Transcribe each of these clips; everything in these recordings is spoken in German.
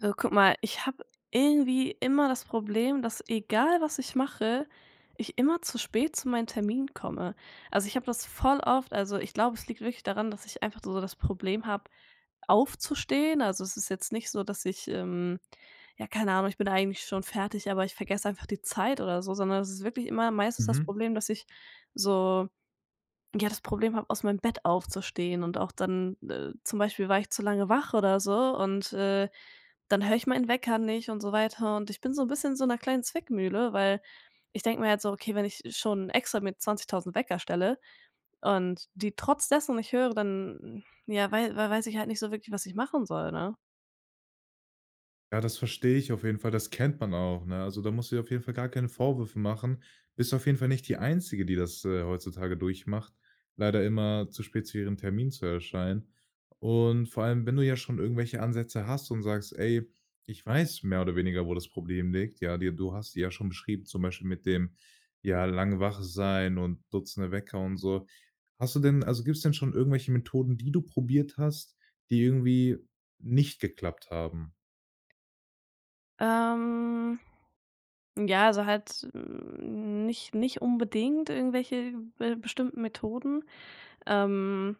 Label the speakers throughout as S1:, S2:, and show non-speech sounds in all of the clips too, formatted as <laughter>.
S1: Also, guck mal, ich habe irgendwie immer das Problem, dass egal was ich mache, ich immer zu spät zu meinem Termin komme. Also, ich habe das voll oft, also, ich glaube, es liegt wirklich daran, dass ich einfach so das Problem habe, aufzustehen. Also, es ist jetzt nicht so, dass ich, ja, keine Ahnung, ich bin eigentlich schon fertig, aber ich vergesse einfach die Zeit oder so, sondern es ist wirklich immer meistens das
S2: Mhm.
S1: Problem, dass ich so ja das Problem habe, aus meinem Bett aufzustehen und auch dann, zum Beispiel, war ich zu lange wach oder so, und dann höre ich meinen Wecker nicht und so weiter, und ich bin so ein bisschen in so einer kleinen Zwickmühle, weil ich denke mir halt so: „Okay, wenn ich schon extra mit 20.000 Wecker stelle und die trotz dessen nicht höre, dann, ja, weiß ich halt nicht so wirklich, was ich machen soll“, ne?
S2: Ja, das verstehe ich auf jeden Fall. Das kennt man auch, ne? Also, da musst du dir auf jeden Fall gar keine Vorwürfe machen. Bist auf jeden Fall nicht die Einzige, die das, heutzutage durchmacht, leider immer zu spät zu ihrem Termin zu erscheinen. Und vor allem, wenn du ja schon irgendwelche Ansätze hast und sagst: „Ey, ich weiß mehr oder weniger, wo das Problem liegt.“ Ja, dir du hast die ja schon beschrieben, zum Beispiel mit dem, ja, lang wach sein und Dutzende Wecker und so. Hast du denn Also, gibt es denn schon irgendwelche Methoden, die du probiert hast, die irgendwie nicht geklappt haben?
S1: Ähm, ja, also halt, nicht unbedingt irgendwelche be bestimmten Methoden. Ähm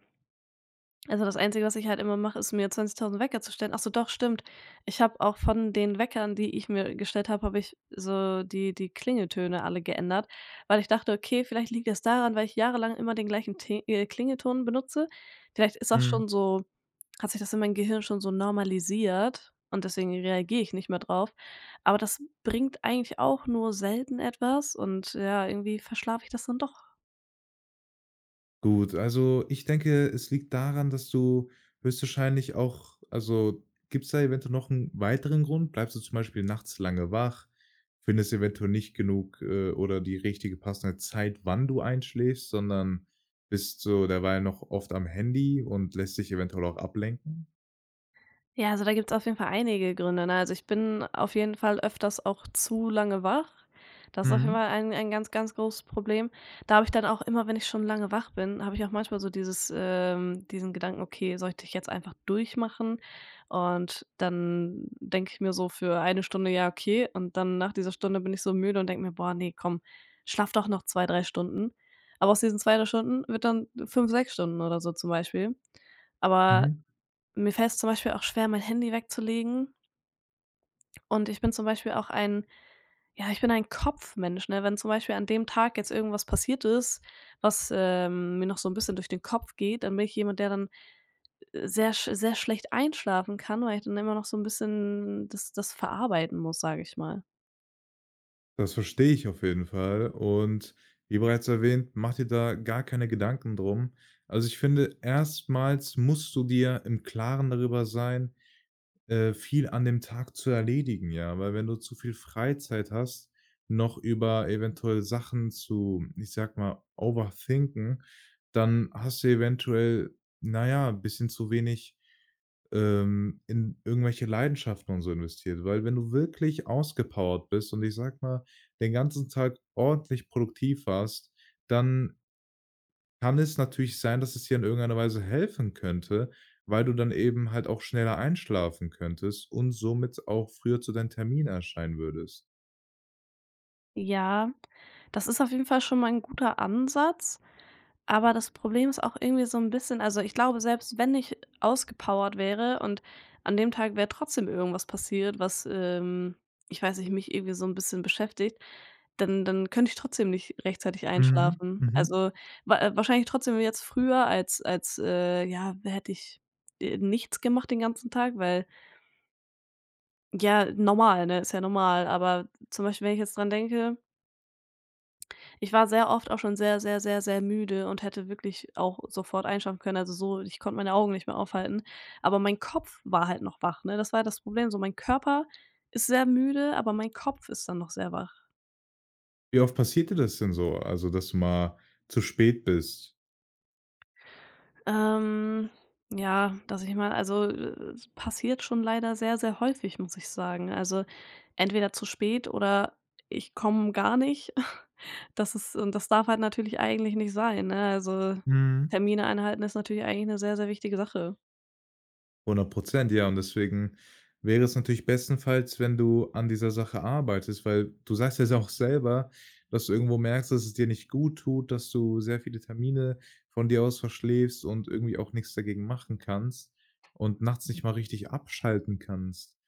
S1: Also, das Einzige, was ich halt immer mache, ist, mir 20.000 Wecker zu stellen. Ach so, doch, stimmt. Ich habe auch von den Weckern, die ich mir gestellt habe, habe ich so die Klingeltöne alle geändert, weil ich dachte: „Okay, vielleicht liegt das daran, weil ich jahrelang immer den gleichen Te Klingelton benutze. Vielleicht ist das
S2: Mhm.
S1: schon so. Hat sich das in meinem Gehirn schon so normalisiert und deswegen reagiere ich nicht mehr drauf.“ Aber das bringt eigentlich auch nur selten etwas, und ja, irgendwie verschlafe ich das dann doch.
S2: Gut, also ich denke, es liegt daran, dass du höchstwahrscheinlich auch also, gibt es da eventuell noch einen weiteren Grund? Bleibst du zum Beispiel nachts lange wach, findest eventuell nicht genug, oder die richtige passende Zeit, wann du einschläfst, sondern bist so derweil noch oft am Handy und lässt dich eventuell auch ablenken?
S1: Ja, also da gibt's auf jeden Fall einige Gründe, ne? Also, ich bin auf jeden Fall öfters auch zu lange wach. Das ist auf jeden
S2: Mhm,
S1: Fall ein ganz, ganz großes Problem. Da habe ich dann auch immer, wenn ich schon lange wach bin, habe ich auch manchmal so dieses, diesen Gedanken: „Okay, sollte ich jetzt einfach durchmachen?“ Und dann denke ich mir so für eine Stunde: „Ja, okay.“ Und dann, nach dieser Stunde, bin ich so müde und denke mir: „Boah, nee, komm, schlaf doch noch 2 3 Stunden.“ Aber aus diesen 2 3 Stunden wird dann 5 6 Stunden oder so, zum Beispiel. Aber
S2: mhm.
S1: mir fällt's zum Beispiel auch schwer, mein Handy wegzulegen, und ich bin zum Beispiel auch ein ja, ich bin ein Kopfmensch, ne? Wenn zum Beispiel an dem Tag jetzt irgendwas passiert ist, was, mir noch so ein bisschen durch den Kopf geht, dann bin ich jemand, der dann sehr schlecht einschlafen kann, weil ich dann immer noch so ein bisschen das verarbeiten muss, sage ich mal.
S2: Das verstehe ich auf jeden Fall und wie bereits erwähnt, mach dir da gar keine Gedanken drum. Also, ich finde, erstmals musst du dir im Klaren darüber sein, viel an dem Tag zu erledigen, ja, weil wenn du zu viel Freizeit hast, noch über eventuell Sachen zu, ich sag mal, overthinken, dann hast du eventuell, na ja, bisschen zu wenig, in irgendwelche Leidenschaften und so investiert. Weil wenn du wirklich ausgepowert bist und ich sag mal, den ganzen Tag ordentlich produktiv warst, dann kann es natürlich sein, dass es dir in irgendeiner Weise helfen könnte, weil du dann eben halt auch schneller einschlafen könntest und somit auch früher zu deinem Termin erscheinen würdest.
S1: Ja, das ist auf jeden Fall schon mal ein guter Ansatz. Aber das Problem ist auch irgendwie so ein bisschen, also, ich glaube, selbst wenn ich ausgepowert wäre und an dem Tag wäre trotzdem irgendwas passiert, was, ich weiß nicht, mich irgendwie so ein bisschen beschäftigt, dann könnte ich trotzdem nicht rechtzeitig
S2: Mhm,
S1: einschlafen.
S2: mhm.
S1: Also, wa wahrscheinlich trotzdem jetzt früher als ja, hätte ich nichts gemacht den ganzen Tag, weil ja, normal, ne? Ist ja normal. Aber zum Beispiel, wenn ich jetzt dran denke. Ich war sehr oft auch schon sehr, sehr, sehr, sehr müde und hätte wirklich auch sofort einschlafen können. Also, so, ich konnte meine Augen nicht mehr aufhalten, aber mein Kopf war halt noch wach, ne? Das war das Problem. So, mein Körper ist sehr müde, aber mein Kopf ist dann noch sehr wach.
S2: Wie oft passiert dir das denn so? Also, dass du mal zu spät bist?
S1: Ähm, ja, dass ich mal, also, es passiert schon leider sehr, sehr häufig, muss ich sagen. Also, entweder zu spät, oder ich komme gar nicht. <laughs> Das ist, und das darf halt natürlich eigentlich nicht sein, ne? Also, Termine einhalten ist natürlich eigentlich eine sehr, sehr wichtige Sache.
S2: 100, ja. Und deswegen wäre es natürlich bestenfalls, wenn du an dieser Sache arbeitest, weil du sagst ja auch selber, dass du irgendwo merkst, dass es dir nicht gut tut, dass du sehr viele Termine von dir aus verschläfst und irgendwie auch nichts dagegen machen kannst und nachts nicht mal richtig abschalten kannst.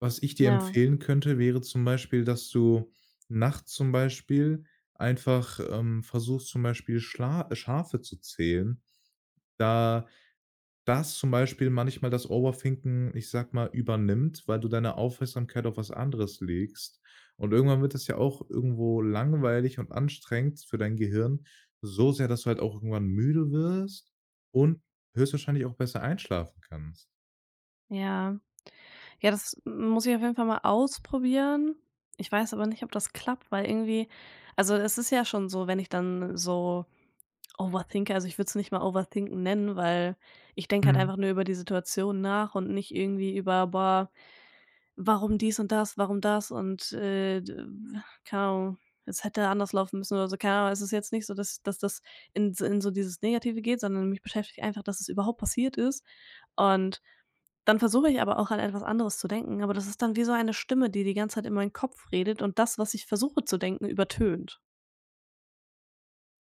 S2: Was ich dir
S1: Ja,
S2: empfehlen könnte, wäre zum Beispiel, dass du nachts zum Beispiel einfach, versuchst, zum Beispiel Schla Schafe zu zählen. Da dass zum Beispiel manchmal das Overthinken, ich sag mal, übernimmt, weil du deine Aufmerksamkeit auf was anderes legst. Und irgendwann wird das ja auch irgendwo langweilig und anstrengend für dein Gehirn, so sehr, dass du halt auch irgendwann müde wirst und höchstwahrscheinlich auch besser einschlafen kannst.
S1: ja. Ja, das muss ich auf jeden Fall mal ausprobieren. Ich weiß aber nicht, ob das klappt, weil irgendwie, also, es ist ja schon so, wenn ich dann so overthinke, also, ich würde es nicht mal Overthinken nennen, weil ich denke halt einfach nur über die Situation nach und nicht irgendwie über: „Boah, warum dies und das, warum das und d keine Ahnung, es hätte anders laufen müssen oder so, keine Ahnung.“ Es ist jetzt nicht so, dass das in so dieses Negative geht, sondern mich beschäftigt einfach, dass es überhaupt passiert ist. Und dann versuche ich aber auch an etwas anderes zu denken, aber das ist dann wie so eine Stimme, die die ganze Zeit in meinen Kopf redet und das, was ich versuche zu denken, übertönt.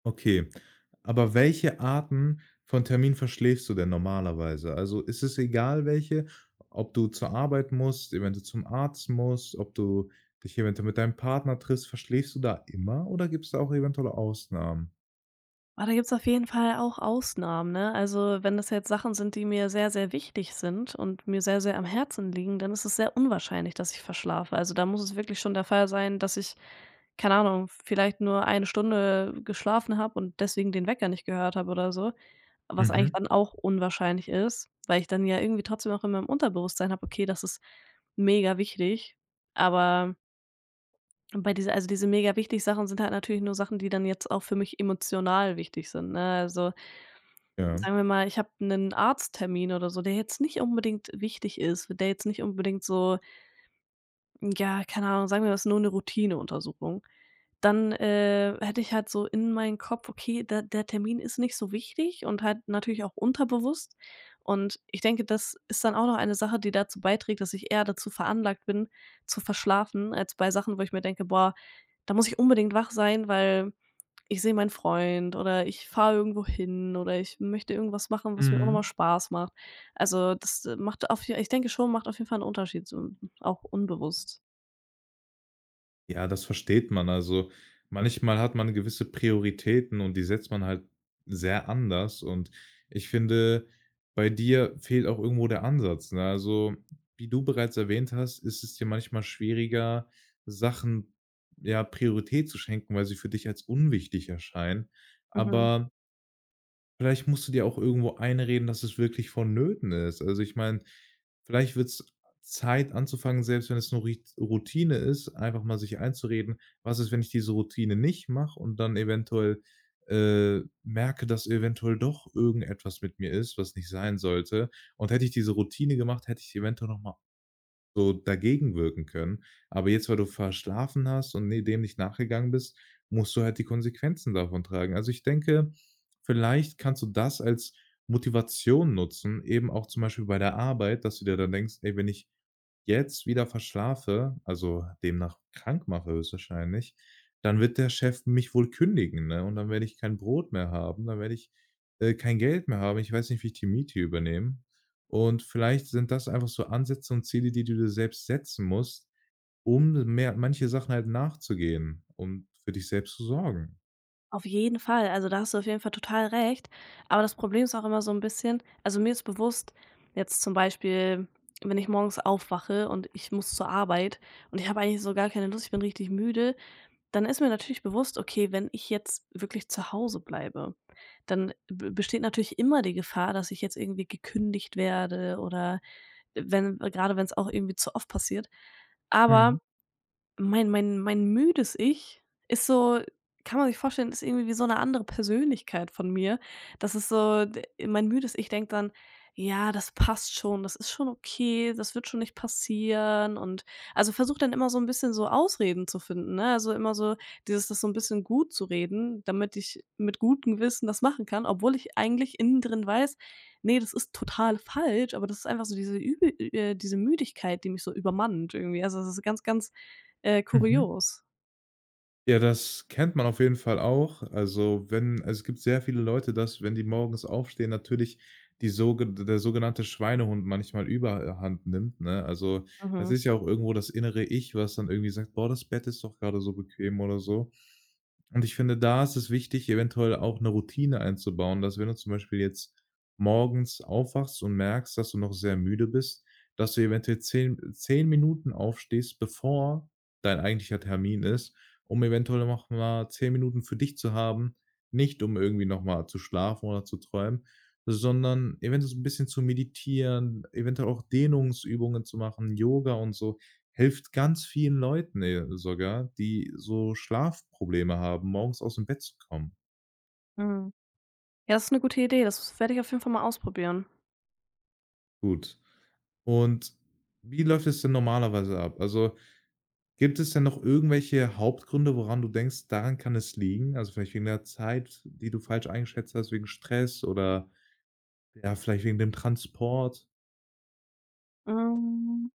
S2: Okay, aber welche Arten von Termin verschläfst du denn normalerweise? Also, ist es egal welche, ob du zur Arbeit musst, eventuell zum Arzt musst, ob du dich eventuell mit deinem Partner triffst, verschläfst du da immer oder gibt's da auch eventuell Ausnahmen?
S1: Ah, da gibt's auf jeden Fall auch Ausnahmen, ne? Also, wenn das jetzt Sachen sind, die mir sehr, sehr wichtig sind und mir sehr, sehr am Herzen liegen, dann ist es sehr unwahrscheinlich, dass ich verschlafe. Also, da muss es wirklich schon der Fall sein, dass ich, keine Ahnung, vielleicht nur eine Stunde geschlafen habe und deswegen den Wecker nicht gehört habe oder so, was eigentlich
S2: Mhm.
S1: dann auch unwahrscheinlich ist, weil ich dann ja irgendwie trotzdem auch in meinem Unterbewusstsein habe: „Okay, das ist mega wichtig“, aber und bei dieser, also, diese mega wichtig Sachen sind halt natürlich nur Sachen, die dann jetzt auch für mich emotional wichtig sind, ne? Also,
S2: Ja.
S1: sagen wir mal, ich habe einen Arzttermin oder so, der jetzt nicht unbedingt wichtig ist, der jetzt nicht unbedingt so, ja, keine Ahnung, sagen wir mal, das ist nur eine Routineuntersuchung. Dann hätte ich halt so in meinen Kopf: „Okay, der Termin ist nicht so wichtig“, und halt natürlich auch unterbewusst. Und ich denke, das ist dann auch noch eine Sache, die dazu beiträgt, dass ich eher dazu veranlagt bin, zu verschlafen, als bei Sachen, wo ich mir denke: „Boah, da muss ich unbedingt wach sein, weil ich sehe meinen Freund oder ich fahre irgendwo hin oder ich möchte irgendwas machen, was mir auch nochmal
S2: Mhm.
S1: Spaß macht.“ Also, das macht auf je, ich denke schon, macht auf jeden Fall einen Unterschied, so, auch unbewusst.
S2: Ja, das versteht man. Also, manchmal hat man gewisse Prioritäten und die setzt man halt sehr anders und ich finde, bei dir fehlt auch irgendwo der Ansatz, ne? Also, wie du bereits erwähnt hast, ist es dir manchmal schwieriger, Sachen, ja, Priorität zu schenken, weil sie für dich als unwichtig erscheinen.
S1: Mhm.
S2: Aber vielleicht musst du dir auch irgendwo einreden, dass es wirklich vonnöten ist. Also, ich meine, vielleicht wird es Zeit anzufangen, selbst wenn es nur Rit Routine ist, einfach mal sich einzureden: „Was ist, wenn ich diese Routine nicht mache und dann eventuell, merke, dass eventuell doch irgendetwas mit mir ist, was nicht sein sollte? Und hätte ich diese Routine gemacht, hätte ich eventuell noch mal so dagegen wirken können. Aber jetzt, weil du verschlafen hast und ne dem nicht nachgegangen bist, musst du halt die Konsequenzen davon tragen. Also, ich denke, vielleicht kannst du das als Motivation nutzen, eben auch zum Beispiel bei der Arbeit, dass du dir dann denkst: „Ey, wenn ich jetzt wieder verschlafe, also demnach krank mache höchstwahrscheinlich, dann wird der Chef mich wohl kündigen, ne? Und dann werde ich kein Brot mehr haben, dann werde ich, kein Geld mehr haben. Ich weiß nicht, wie ich die Miete übernehme.“ Und vielleicht sind das einfach so Ansätze und Ziele, die du dir selbst setzen musst, um mehr manche Sachen halt nachzugehen, um für dich selbst zu sorgen.
S1: Auf jeden Fall. Also, da hast du auf jeden Fall total recht. Aber das Problem ist auch immer so ein bisschen, also, mir ist bewusst, jetzt zum Beispiel, wenn ich morgens aufwache und ich muss zur Arbeit und ich habe eigentlich so gar keine Lust, ich bin richtig müde, dann ist mir natürlich bewusst: „Okay, wenn ich jetzt wirklich zu Hause bleibe, dann b besteht natürlich immer die Gefahr, dass ich jetzt irgendwie gekündigt werde“, oder wenn, gerade wenn es auch irgendwie zu oft passiert. Aber
S2: Mhm.
S1: mein müdes Ich ist so, kann man sich vorstellen, ist irgendwie wie so eine andere Persönlichkeit von mir. Das ist so d mein müdes Ich denkt dann: „Ja, das passt schon, das ist schon okay, das wird schon nicht passieren“, und, also, versucht dann immer so ein bisschen so Ausreden zu finden, ne? Also, immer so dieses, das so ein bisschen gut zu reden, damit ich mit gutem Gewissen das machen kann, obwohl ich eigentlich innen drin weiß: „Nee, das ist total falsch“, aber das ist einfach so diese Müdigkeit, die mich so übermannt irgendwie. Also, das ist ganz, ganz
S2: Mhm.
S1: kurios.
S2: Ja, das kennt man auf jeden Fall auch. Also, wenn also, es gibt sehr viele Leute, dass, wenn die morgens aufstehen, natürlich die sogen der sogenannte Schweinehund manchmal Überhand nimmt, ne? Also, das
S1: Mhm,
S2: ist ja auch irgendwo das innere Ich, was dann irgendwie sagt: „Boah, das Bett ist doch gerade so bequem“ oder so. Und ich finde, da ist es wichtig, eventuell auch 'ne Routine einzubauen, dass wenn du zum Beispiel jetzt morgens aufwachst und merkst, dass du noch sehr müde bist, dass du eventuell zehn Minuten aufstehst, bevor dein eigentlicher Termin ist, um eventuell noch mal 10 Minuten für dich zu haben, nicht um irgendwie noch mal zu schlafen oder zu träumen, sondern eventuell so ein bisschen zu meditieren, eventuell auch Dehnungsübungen zu machen, Yoga und so, hilft ganz vielen Leuten, sogar, die so Schlafprobleme haben, morgens aus dem Bett zu kommen.
S1: mhm. Ja, das ist eine gute Idee. Das werde ich auf jeden Fall mal ausprobieren.
S2: Gut. Und wie läuft es denn normalerweise ab? Also, gibt es denn noch irgendwelche Hauptgründe, woran du denkst, daran kann es liegen? Also, vielleicht wegen der Zeit, die du falsch eingeschätzt hast, wegen Stress oder ja, vielleicht wegen dem Transport.
S1: Hm.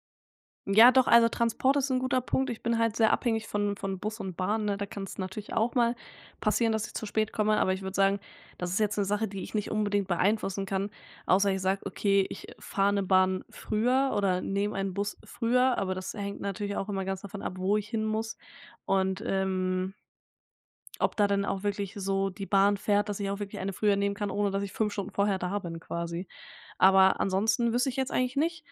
S1: Ja, doch, also Transport ist ein guter Punkt. Ich bin halt sehr abhängig von Bus und Bahn, ne? Da kann es natürlich auch mal passieren, dass ich zu spät komme, aber ich würde sagen, das ist jetzt eine Sache, die ich nicht unbedingt beeinflussen kann, außer ich sage: „Okay, ich fahre eine Bahn früher oder nehme einen Bus früher“, aber das hängt natürlich auch immer ganz davon ab, wo ich hin muss, und ob da denn auch wirklich so die Bahn fährt, dass ich auch wirklich eine früher nehmen kann, ohne dass ich 5 Stunden vorher da bin quasi. Aber ansonsten wüsste ich jetzt eigentlich nicht.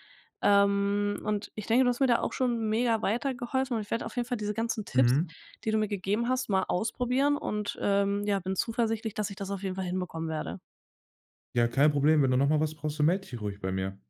S1: Und ich denke, du hast mir da auch schon mega weitergeholfen, und ich werde auf jeden Fall diese ganzen Tipps,
S2: Mhm.
S1: die du mir gegeben hast, mal ausprobieren, und ja, bin zuversichtlich, dass ich das auf jeden Fall hinbekommen werde.
S2: Ja, kein Problem. Wenn du nochmal was brauchst, dann melde dich ruhig bei mir.